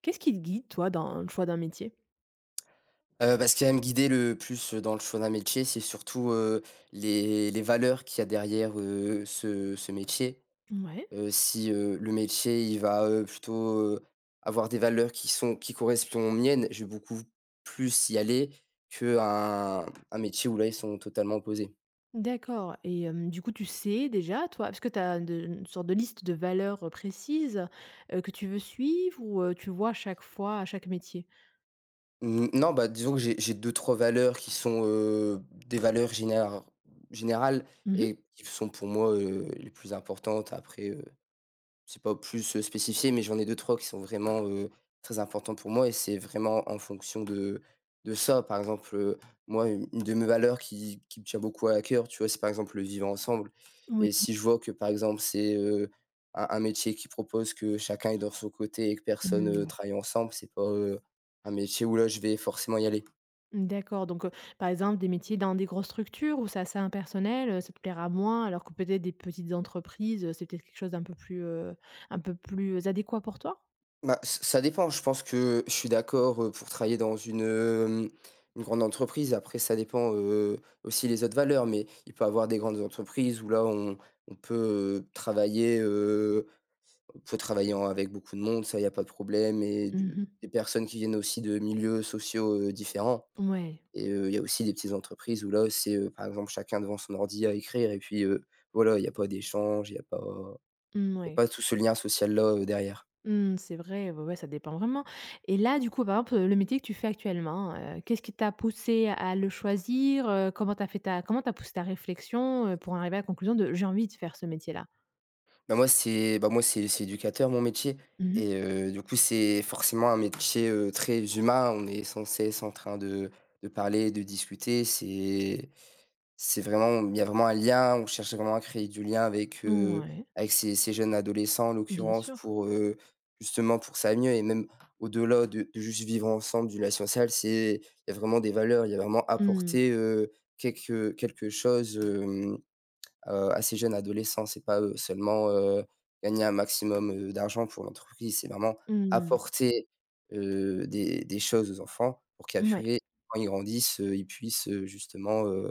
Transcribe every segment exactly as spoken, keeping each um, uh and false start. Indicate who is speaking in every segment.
Speaker 1: Qu'est-ce qui te guide, toi, dans le choix d'un métier?
Speaker 2: Heu, bah, ce qui va me guider le plus euh, dans le choix d'un métier, c'est surtout, heu, les les valeurs qu'il y a derrière, heu, ce ce métier.
Speaker 1: Ouais,
Speaker 2: Heu, si, heu, le métier, il va, heu, plutôt, heu, avoir des valeurs qui sont qui correspondent aux miennes, je vais beaucoup plus y aller qu'un un un métier où là, ils sont totalement opposés.
Speaker 1: d'accord et hem, du coup, tu sais déjà, toi parce que tu as une sorte de liste de valeurs, heu, précises, heu, que tu veux suivre ou, heu, tu vois à chaque fois, à chaque métier?
Speaker 2: Mmh, non, bah, disons que j'ai j'ai deux trois valeurs qui sont, heu, des valeurs généra générales
Speaker 1: Mmh.
Speaker 2: et qui sont pour moi, heu, les plus importantes. Après, heu c'est pas plus, heu, spécifié, mais j'en ai deux trois qui sont vraiment, heu, très importants pour moi et c'est vraiment en fonction de de ça. Par exemple, heu, moi, une une de mes valeurs qui qui me tient beaucoup à cœur, tu vois? C'est par exemple le vivre ensemble,
Speaker 1: Oui.
Speaker 2: et si je vois que, par exemple, c'est, heu, un un métier qui propose que chacun est dans son côté et que personne, heu,
Speaker 1: Mmh.
Speaker 2: travaille ensemble, c'est pas, heu, un métier où là, je vais forcément y aller.
Speaker 1: D'accord, donc heu, par exemple, des métiers dans des grosses structures où c'est assez impersonnel, heu, ça te plaira moins, alors que peut-être des petites entreprises, heu, c'est peut-être quelque chose d'un peu plus, heu, un peu plus adéquat pour toi?
Speaker 2: Bah, ç ça dépend. Je pense que je suis d'accord, heu, pour travailler dans une, hem, une grande entreprise. Après ça dépend, heu, aussi les autres valeurs, mais il peut y avoir des grandes entreprises où là on on peut, heu, travailler, heu, on peut travailler en avec beaucoup de monde. Ça, il y a pas de problème, et
Speaker 1: Mmh
Speaker 2: du
Speaker 1: mh.
Speaker 2: des personnes qui viennent aussi de milieux sociaux, heu, différents.
Speaker 1: Ouais.
Speaker 2: Et heu, il y a aussi des petites entreprises où là c'est, heu, par exemple chacun devant son ordi à écrire et puis, heu, voilà, il y a pas d'échange, il y a pas
Speaker 1: Mmh,
Speaker 2: il y a
Speaker 1: ouais.
Speaker 2: pas tout ce lien social là, heu, derrière.
Speaker 1: Mmh, c'est vrai, ouais, ouais, ça dépend vraiment. Et là, du coup, par exemple, le métier que tu fais actuellement, heu, qu'est-ce qui t'a poussé à le choisir? Heu, comment t'as fait ta comment t'as poussé ta réflexion, heu, pour arriver à la conclusion de: «J'ai envie de faire ce métier-là»?
Speaker 2: Bah, moi, c'est bah, moi, c'est c'est éducateur, mon métier.
Speaker 1: Mmh.
Speaker 2: Et heu, du coup, c'est forcément un métier, heu, très humain. On est sans cesse en train de de parler, de discuter. C'est c'est vraiment Il y a vraiment un lien. On cherche vraiment à créer du lien avec, heu,
Speaker 1: Ouais,
Speaker 2: avec ces ces jeunes adolescents, en
Speaker 1: bien
Speaker 2: l'occurrence,
Speaker 1: sûr.
Speaker 2: pour, heu, justement, pour ça mieux, et même au-delà de de juste vivre ensemble, du lien social, c'est il y a vraiment des valeurs. Il y a vraiment
Speaker 1: Mmh.
Speaker 2: apporter, heu, quelque quelque chose, hem heu, à ces jeunes adolescents. C'est pas, heu, seulement, heu, gagner un maximum, heu, d'argent pour l'entreprise, c'est vraiment
Speaker 1: Mmh mh.
Speaker 2: apporter, heu, des des choses aux enfants pour qu'après, quand ils grandissent, heu, ils puissent, heu, justement, heu,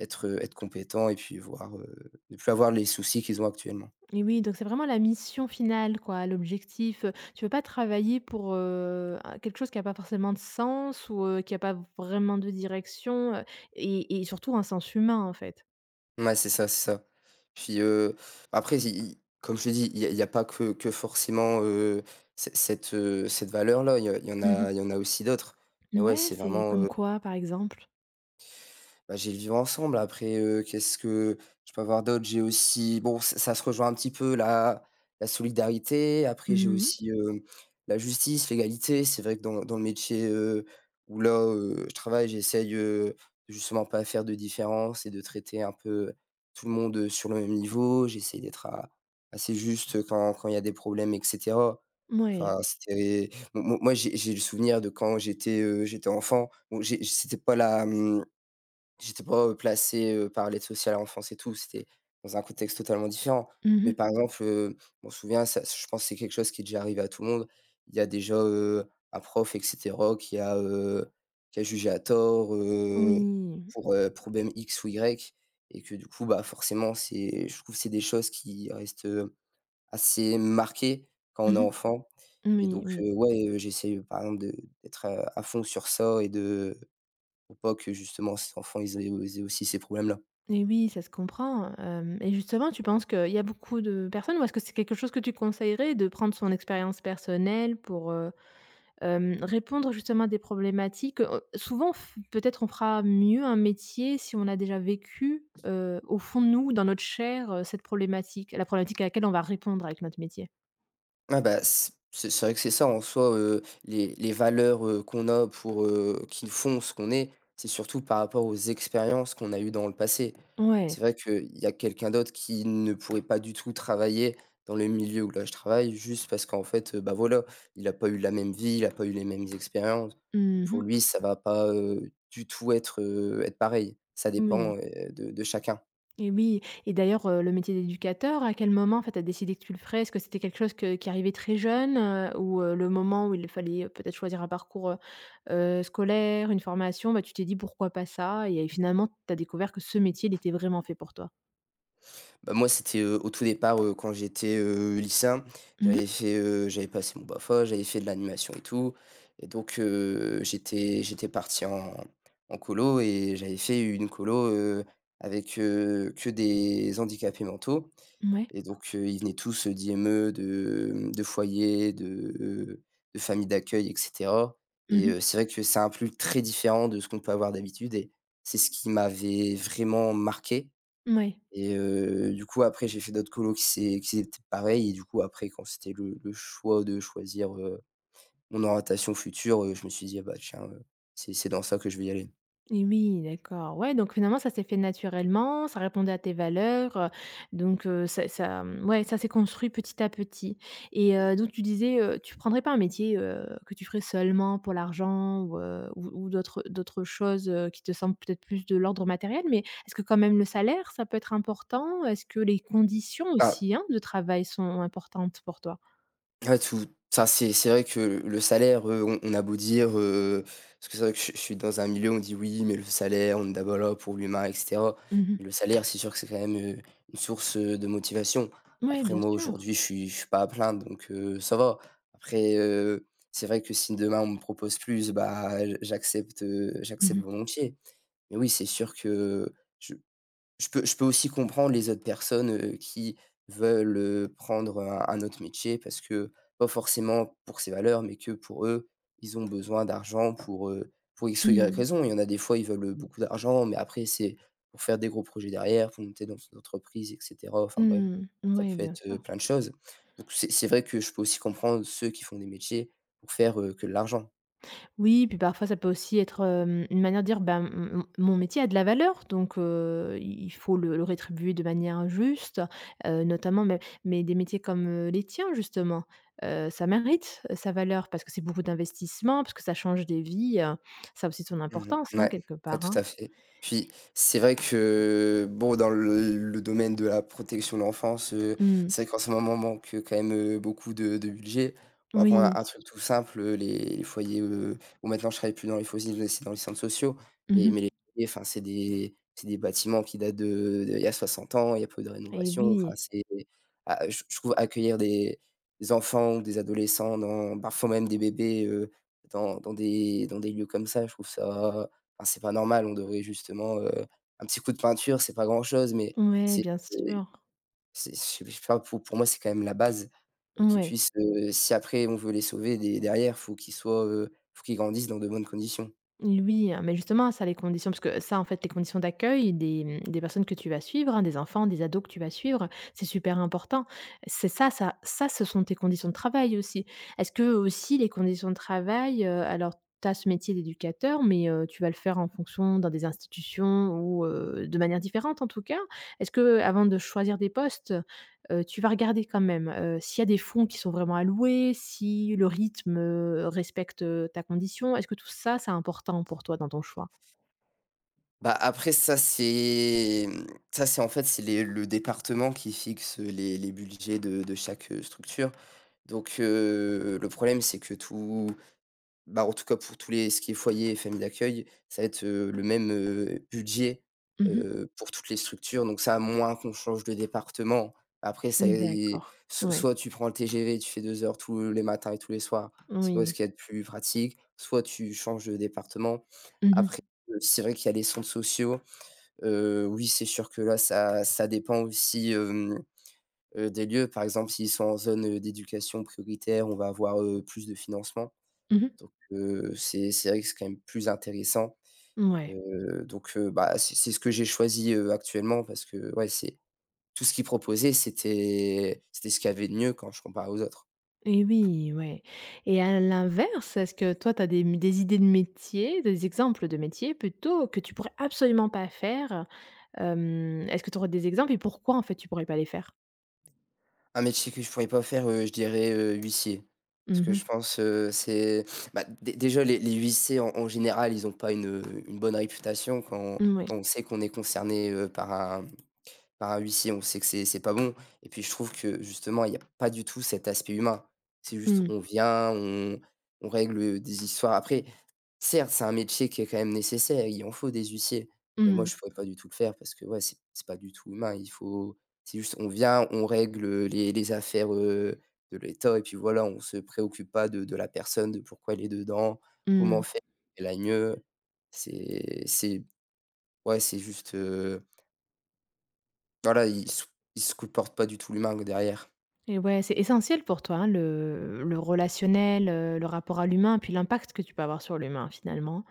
Speaker 2: être, euh, être compétents et puis voir, heu, ne plus avoir les soucis qu'ils ont actuellement.
Speaker 1: Et oui, donc c'est vraiment la mission finale, quoi, l'objectif. Heu, tu veux pas travailler pour, heu, un quelque chose qui a pas forcément de sens ou, heu, qui a pas vraiment de direction, heu et et surtout un sens humain, en fait.
Speaker 2: Ouais, c'est ça, c'est ça. Puis, heu, après i i comme je te dis, il y a il y a pas que que forcément, heu, c cette, heu, cette valeur-là, il y a il y en
Speaker 1: Mmh.
Speaker 2: a il y en a aussi d'autres. et ouais,
Speaker 1: Ouais,
Speaker 2: c'est
Speaker 1: c'est
Speaker 2: vraiment,
Speaker 1: comme
Speaker 2: euh,
Speaker 1: quoi, par exemple?
Speaker 2: Bah, j'ai le vivre ensemble. Après, heu, qu'est-ce que je peux avoir d'autre? J'ai aussi, bon, ç ça se rejoint un petit peu la la solidarité. Après, j'ai
Speaker 1: Mmh.
Speaker 2: aussi, hem, la justice, l'égalité. C'est vrai que dans dans le métier, heu, où là, heu, je travaille, j'essaye, heu, justement pas faire de différence et de traiter un peu tout le monde, heu, sur le même niveau. J'essaye d'être a assez juste, quand quand il y a des problèmes et cetera.
Speaker 1: Ouais.
Speaker 2: Enfin, c'était mo mo moi, j'ai j'ai le souvenir de quand j'étais, heu, j'étais enfant. Bon, j'ai c'était pas la, mmh j'étais pas, heu, placé, heu, par l'aide sociale à l'enfance et tout, c'était dans un contexte totalement différent. Mais
Speaker 1: Mmh.
Speaker 2: par exemple, heu, je m'en souviens, ça je pense que c'est quelque chose qui est déjà arrivé à tout le monde. Il y a déjà, heu, un prof et cetera qui a, heu, qui a jugé à tort, heu,
Speaker 1: Oui.
Speaker 2: pour, heu, problème X ou Y, et que du coup, bah, forcément, c'est je trouve que c'est des choses qui restent, heu, assez marquées quand on est
Speaker 1: Mmh.
Speaker 2: enfant. Et
Speaker 1: Oui,
Speaker 2: donc
Speaker 1: oui.
Speaker 2: heu, ouais, heu, j'essaie, euh, par exemple, de d'être à à fond sur ça et de faut pas que justement ces enfants ils aient ils aient aussi ces problèmes-là.
Speaker 1: Et oui, ça se comprend, hem et justement, tu penses qu'il y a beaucoup de personnes ou est-ce que c'est quelque chose que tu conseillerais de prendre son expérience personnelle pour, heu, hem, répondre justement à des problématiques? Heu, souvent, f Peut-être on fera mieux un métier si on a déjà vécu, heu, au fond de nous, dans notre chair, heu, cette problématique, la problématique à laquelle on va répondre avec notre métier.
Speaker 2: Ah bah, c c'est c'est vrai que c'est ça en soi, heu, les les valeurs, heu, qu'on a pour, heu, qui font ce qu'on est, c'est surtout par rapport aux expériences qu'on a eues dans le passé.
Speaker 1: Ouais.
Speaker 2: C'est vrai qu'il y a quelqu'un d'autre qui ne pourrait pas du tout travailler dans le milieu où là je travaille, juste parce qu'en fait, heu, bah, voilà, il a pas eu la même vie, il a pas eu les mêmes expériences. Donc pour
Speaker 1: Mmh.
Speaker 2: lui, ça va pas, heu, du tout être, heu, être pareil. Ça
Speaker 1: Oui.
Speaker 2: dépend, heu, de de chacun.
Speaker 1: Et oui, et d'ailleurs, heu, le métier d'éducateur, à quel moment, en fait, tu as décidé que tu le ferais? Est-ce que c'était quelque chose que qui arrivait très jeune, heu, ou, heu, le moment où il fallait, heu, peut-être choisir un parcours, heu heu, scolaire, une formation, bah, tu t'es dit: «Pourquoi pas ça?» Et euh, finalement, tu as découvert que ce métier, il était vraiment fait pour toi?
Speaker 2: Bah, moi, c'était, heu, au tout départ, heu, quand j'étais, heu, lycéen.
Speaker 1: Mmh ouais.
Speaker 2: J'avais fait, heu, j'avais passé mon B A F A, j'avais fait de l'animation et tout. Et donc heu, j'étais j'étais parti en en colo et j'avais fait une colo, heu, avec, heu, que des handicapés mentaux.
Speaker 1: Mouais.
Speaker 2: Et donc heu, ils venaient tous, heu, d'I M E, de, mmh, de foyers, de, de familles d'accueil et cetera. Et
Speaker 1: Mmh.
Speaker 2: heu, c'est vrai que c'est un plus très différent de ce qu'on peut avoir d'habitude, et c'est ce qui m'avait vraiment marqué. Et heu, du coup, après, j'ai fait d'autres colos qui c'est qui étaient pareils. Et du coup, après, quand c'était le le choix de choisir, heu, mon orientation future, heu, je me suis dit: «Ah bah tiens, heu, c'est c'est dans ça que je vais y aller».
Speaker 1: Et oui, d'accord. Ouais, donc finalement, ça s'est fait naturellement, ça répondait à tes valeurs, heu, donc heu, ça ça, mmh, ouais, ça s'est construit petit à petit. Et heu, donc tu disais, heu, tu prendrais pas un métier, heu, que tu ferais seulement pour l'argent ou heu, ou ou d'autres d'autres choses, heu, qui te semblent peut-être plus de l'ordre matériel, mais est-ce que quand même le salaire, ça peut être important? Est-ce que les conditions
Speaker 2: Ah,
Speaker 1: aussi, hein, de travail sont importantes pour toi?
Speaker 2: ouais, tout ça, c'est c'est vrai que le salaire, heu, on on a beau dire, heu parce que c'est vrai que je je suis dans un milieu, on dit: «Oui, mais le salaire, on est d'abord là pour l'humain et cetera».
Speaker 1: Mmh.
Speaker 2: Mais le salaire, c'est sûr que c'est quand même, heu, une source, heu, de motivation.
Speaker 1: Ouais,
Speaker 2: Après
Speaker 1: bien
Speaker 2: moi,
Speaker 1: sûr.
Speaker 2: aujourd'hui, je suis je suis pas à plaindre, donc heu, ça va. Après, heu, c'est vrai que si demain on me propose plus, bah, j j'accepte, heu,
Speaker 1: Mmh
Speaker 2: j'accepte
Speaker 1: mh.
Speaker 2: volontiers. Mais oui, c'est sûr que je peux je peux aussi comprendre les autres personnes, heu, qui veulent, heu, prendre un un autre métier parce que pas forcément pour ses valeurs, mais que pour eux, ils ont besoin d'argent pour, heu, pour X ou Y
Speaker 1: Mmh.
Speaker 2: raison. Il y en a des fois, ils veulent beaucoup d'argent, mais après c'est pour faire des gros projets derrière, pour monter dans une entreprise et cetera. Enfin bref,
Speaker 1: Mmh.
Speaker 2: ça
Speaker 1: Ouais,
Speaker 2: peut
Speaker 1: bien
Speaker 2: être,
Speaker 1: sûr.
Speaker 2: heu, plein de choses. Donc c'est c'est vrai que je peux aussi comprendre ceux qui font des métiers pour faire, heu, que de l'argent.
Speaker 1: Oui, puis parfois ça peut aussi être, hem, une manière de dire: «Ben, m mon métier a de la valeur, donc heu, il faut le le rétribuer de manière juste», heu, notamment. Mais mais des métiers comme, heu, les tiens justement, heu, ça mérite euh, sa valeur parce que c'est beaucoup d'investissement, parce que ça change des vies, heu, ça a aussi son
Speaker 2: Mmh.
Speaker 1: importance, hein,
Speaker 2: Ouais,
Speaker 1: quelque
Speaker 2: ouais,
Speaker 1: part,
Speaker 2: tout
Speaker 1: hein?
Speaker 2: à fait. Puis, c'est vrai que, bon, dans le le domaine de la protection de l'enfance, heu,
Speaker 1: Mmh.
Speaker 2: c'est vrai qu'en ce moment, manque quand même, heu, beaucoup de de budget. On va prendre un
Speaker 1: Oui.
Speaker 2: un truc tout simple, heu, les les foyers, heu bon, maintenant, je travaille plus dans les foyers, mais c'est dans les centres sociaux. Mais
Speaker 1: Mmh.
Speaker 2: mais les foyers, enfin, c'est des c'est des bâtiments qui datent de de- il y a soixante ans, il y a peu de
Speaker 1: Et
Speaker 2: rénovation. Enfin,
Speaker 1: oui.
Speaker 2: c'est ah, je je trouve accueillir des des enfants ou des adolescents, dans parfois même des bébés, dans dans des dans des lieux comme ça, je trouve ça, enfin, c'est pas normal. On devrait justement, heu, un petit coup de peinture, c'est pas grand-chose, mais
Speaker 1: Ouais,
Speaker 2: c'est
Speaker 1: bien sûr.
Speaker 2: c'est je sais pas, pour pour moi, c'est quand même la base, heu, qu'ils
Speaker 1: Ouais.
Speaker 2: puissent, heu, si après on veut les sauver des derrière, faut qu'ils soient, heu, faut qu'ils grandissent dans de bonnes conditions.
Speaker 1: Oui, hein, mais justement, ça, les conditions, parce que ça, en fait, les conditions d'accueil des, mmh, des personnes que tu vas suivre, hein, des enfants, des ados que tu vas suivre, c'est super important. C'est ça, ça, ça, ce sont tes conditions de travail aussi. Est-ce que aussi les conditions de travail, euh, alors, tu as ce métier d'éducateur, mais euh, tu vas le faire en fonction dans des institutions ou euh, de manière différente en tout cas. Est-ce que avant de choisir des postes, heu, tu vas regarder quand même, heu, s'il y a des fonds qui sont vraiment alloués, si le rythme, heu, respecte, heu, ta condition. Est-ce que tout ça, c'est important pour toi dans ton choix?
Speaker 2: Bah, après ça, c'est, mmh, ça, c'est en fait, c'est les le département qui fixe les les budgets de de chaque, heu, structure. Donc heu, le problème, c'est que tout bah, en tout cas, pour tous les ce qui est foyer et famille d'accueil, ça va être, heu, le même, heu, budget,
Speaker 1: Mmh.
Speaker 2: heu, pour toutes les structures. Donc ça, à moins qu'on change de département. Après, ça y
Speaker 1: D'accord.
Speaker 2: so
Speaker 1: Ouais.
Speaker 2: soit tu prends le T G V, tu fais deux heures tous les matins et tous les soirs, c'est pas ce
Speaker 1: Oui.
Speaker 2: qu'il y a de plus pratique, soit tu changes de département.
Speaker 1: Mmh mh.
Speaker 2: Après, heu, c'est vrai qu'il y a les centres sociaux, heu, oui, c'est sûr que là, ça ça dépend aussi, hem, heu, des lieux. Par exemple, s'ils sont en zone, heu, d'éducation prioritaire, on va avoir, heu, plus de financement.
Speaker 1: Mmh.
Speaker 2: Donc heu, c'est c'est vrai que c'est quand même plus intéressant,
Speaker 1: Ouais.
Speaker 2: heu, donc heu, bah, c'est c'est ce que j'ai choisi, heu, actuellement parce que, ouais, c'est tout ce qu'ils proposaient, c'était c'était ce qu'il y avait de mieux quand je compare aux autres.
Speaker 1: Et oui, ouais. Et à l'inverse, est-ce que toi, tu as des, des idées de métier, des exemples de métiers plutôt que tu pourrais absolument pas faire? Hem, est-ce que tu aurais des exemples et pourquoi en fait tu pourrais pas les faire?
Speaker 2: Un métier que je pourrais pas faire, heu, je dirais, heu, huissier. Parce
Speaker 1: Mmh
Speaker 2: que
Speaker 1: mh.
Speaker 2: je pense, heu, c'est bah, dé déjà les les huissiers en en général, ils ont pas une, une bonne réputation quand
Speaker 1: Mouais.
Speaker 2: quand on sait qu'on est concerné, heu, par un par un huissier, on sait que c'est c'est pas bon. Et puis je trouve que justement il y a pas du tout cet aspect humain. C'est juste,
Speaker 1: Mmh.
Speaker 2: on vient, on on règle, heu, des histoires. Après, certes, c'est un métier qui est quand même nécessaire, il en faut, des huissiers, mais moi
Speaker 1: Mmh.
Speaker 2: je ne pourrais pas du tout le faire parce que, ouais, c'est c'est pas du tout humain. Il faut c'est juste, on vient, on règle les les affaires, heu, de l'État, et puis voilà, on se préoccupe pas de de la personne, de pourquoi elle est dedans, comment
Speaker 1: Mmh.
Speaker 2: faire elle qu'elle aille mieux. C'est c'est ouais, c'est juste, heu voilà, il se il se comporte pas du tout, l'humain derrière.
Speaker 1: Et ouais, c'est essentiel pour toi, hein, le le relationnel, heu, le rapport à l'humain, puis l'impact que tu peux avoir sur l'humain finalement.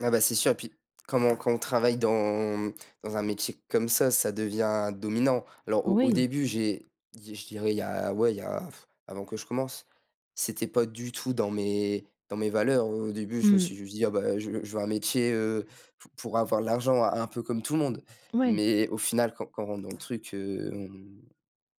Speaker 2: Ah bah, c'est sûr. Et puis, quand on quand on travaille dans dans un métier comme ça, ça devient dominant. Alors au au
Speaker 1: Oui.
Speaker 2: début, j'ai je dirais, il y a ouais, il y a avant que je commence, c'était pas du tout dans mes dans mes valeurs. Au début, je me
Speaker 1: Mmh.
Speaker 2: suis juste dit: «Ah bah, je je veux un métier, heu, pou pour avoir de l'argent un peu comme tout le monde».
Speaker 1: Ouais.
Speaker 2: Mais au final, quand quand on rentre dans le truc, heu, on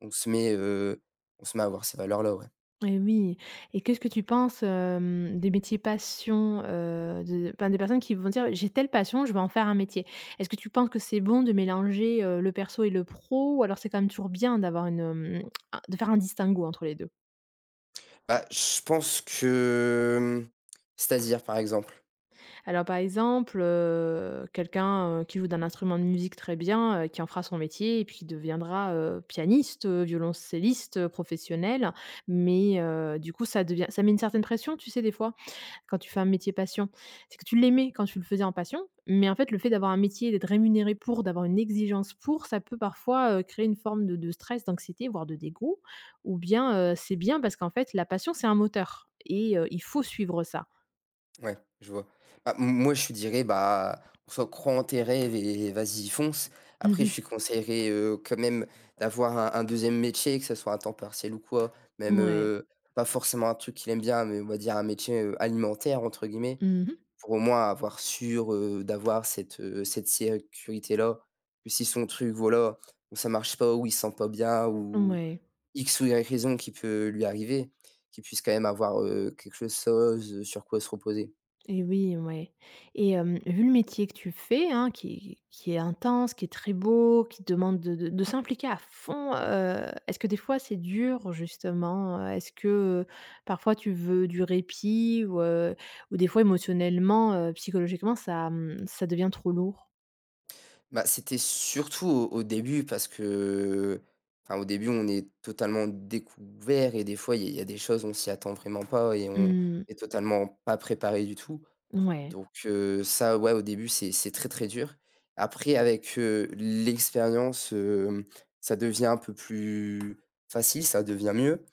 Speaker 2: on se met, heu, on se met à avoir ces valeurs-là, ouais.
Speaker 1: Et oui. Et qu'est-ce que tu penses, hem, des métiers passion, heu, de enfin, des personnes qui vont dire: «J'ai telle passion, je vais en faire un métier». Est-ce que tu penses que c'est bon de mélanger, heu, le perso et le pro ou alors c'est quand même toujours bien d'avoir une, hem, un de faire un distinguo entre les deux.
Speaker 2: Bah, je pense que, c'est-à-dire, par exemple?
Speaker 1: Alors par exemple, heu, quelqu'un, heu, qui joue d'un instrument de musique très bien, heu, qui en fera son métier et puis deviendra, heu, pianiste, heu, violoncelliste, heu, professionnel, mais heu, du coup ça devient ça met une certaine pression, tu sais, des fois? Quand tu fais un métier passion. C'est que tu l'aimais quand tu le faisais en passion, mais en fait, le fait d'avoir un métier, d'être rémunéré pour, d'avoir une exigence pour, ça peut parfois heu, créer une forme de de stress, d'anxiété, voire de dégoût. Ou bien, heu, c'est bien parce qu'en fait, la passion, c'est un moteur et heu, il faut suivre ça.
Speaker 2: Ouais, je vois. Bah, m moi, je dirais: «Bah, on soi, croit en tes rêves et vas-y, fonce».
Speaker 1: Mmh
Speaker 2: Après, je
Speaker 1: mh.
Speaker 2: suis conseillerais, heu, quand même, d'avoir un un deuxième métier, que ça soit un temps partiel ou quoi. Même,
Speaker 1: Mouais.
Speaker 2: heu, pas forcément un truc qu'il aime bien, mais on va dire un métier, heu, «alimentaire» entre guillemets,
Speaker 1: Mmh.
Speaker 2: pour au moins avoir sûr, heu, d'avoir cette, heu, cette sécurité-là. Que si son truc, voilà, ça marche pas, ou il se sent pas bien, ou
Speaker 1: Ouais.
Speaker 2: X ou Y raison qui peut lui arriver, qu'il puisse quand même avoir, heu, quelque chose sur quoi se reposer.
Speaker 1: Et oui, ouais. Et hem, vu le métier que tu fais, hein, qui qui est intense, qui est très beau, qui demande de de de s'impliquer à fond, heu, est-ce que des fois c'est dur justement? Heu, est-ce que, heu, parfois tu veux du répit ou heu, ou des fois émotionnellement, heu, psychologiquement ça, mmh, ça devient trop lourd?
Speaker 2: Bah, c'était surtout au au début parce que, enfin, au début, on est totalement découvert, et des fois, il y a il y a des choses, on s'y attend vraiment pas, et on
Speaker 1: Mmh.
Speaker 2: est totalement pas préparé du tout.
Speaker 1: Ouais.
Speaker 2: Donc heu, ça, ouais, au début, c'est c'est très, très dur. Après, avec, heu, l'expérience, hem, ça devient un peu plus facile, ça devient mieux.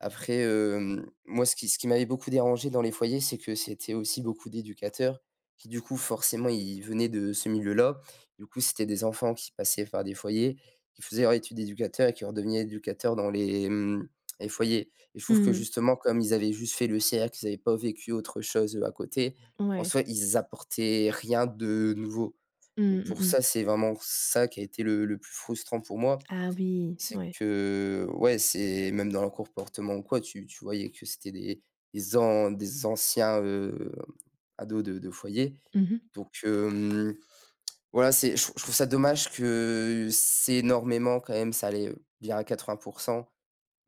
Speaker 2: Après, hem, moi, ce qui ce qui m'avait beaucoup dérangé dans les foyers, c'est que c'était aussi beaucoup d'éducateurs qui, du coup, forcément, ils venaient de ce milieu-là. Du coup, c'était des enfants qui passaient par des foyers, qui faisaient leur étude d'éducateur et qui redevenaient éducateurs dans les, mmh, les foyers. Et je trouve que,
Speaker 1: Mmh.
Speaker 2: justement, comme ils avaient juste fait le cercle, ils n'avaient pas vécu autre chose à côté, en
Speaker 1: Ouais.
Speaker 2: soi, ils apportaient rien de nouveau.
Speaker 1: Mmh,
Speaker 2: Donc,
Speaker 1: mmh
Speaker 2: pour ça,
Speaker 1: mh.
Speaker 2: c'est vraiment ça qui a été le le plus frustrant pour moi.
Speaker 1: Ah oui,
Speaker 2: C'est
Speaker 1: ouais.
Speaker 2: que, ouais, c'est même dans leur comportement ou quoi, tu tu voyais que c'était des des an des anciens, heu, ados de de foyer.
Speaker 1: Mmh mh.
Speaker 2: Donc hem, voilà, c'est je je trouve ça dommage, que c'est énormément quand même, ça allait bien à quatre-vingts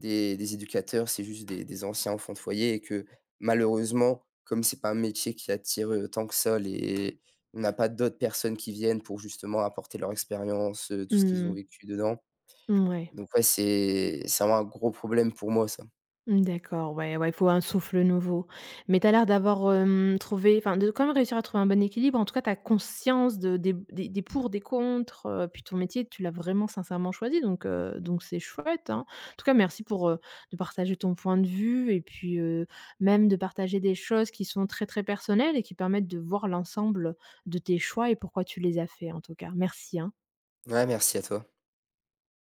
Speaker 2: des des éducateurs, c'est juste des des anciens enfants de foyer. Et que, malheureusement, comme c'est pas un métier qui attire, heu, tant que ça, les on n'a pas d'autres personnes qui viennent pour justement apporter leur expérience, heu, tout ce qu'ils ont
Speaker 1: Mmh.
Speaker 2: vécu dedans.
Speaker 1: Ouais.
Speaker 2: Donc, ouais, c'est c'est vraiment un gros problème pour moi, ça.
Speaker 1: Mmh, d'accord, ouais, ouais, il faut un souffle nouveau. Mais tu as l'air d'avoir, hem, trouvé, enfin, de quand même réussir à trouver un bon équilibre. En tout cas, tu as conscience de des des des pour, des contre, heu, puis ton métier, tu l'as vraiment sincèrement choisi donc heu, donc c'est chouette, hein. En tout cas, merci pour, heu, de partager ton point de vue et puis, heu, même de partager des choses qui sont très, très personnelles et qui permettent de voir l'ensemble de tes choix et pourquoi tu les as faits, en tout cas. Merci, hein.
Speaker 2: Ouais, merci à toi.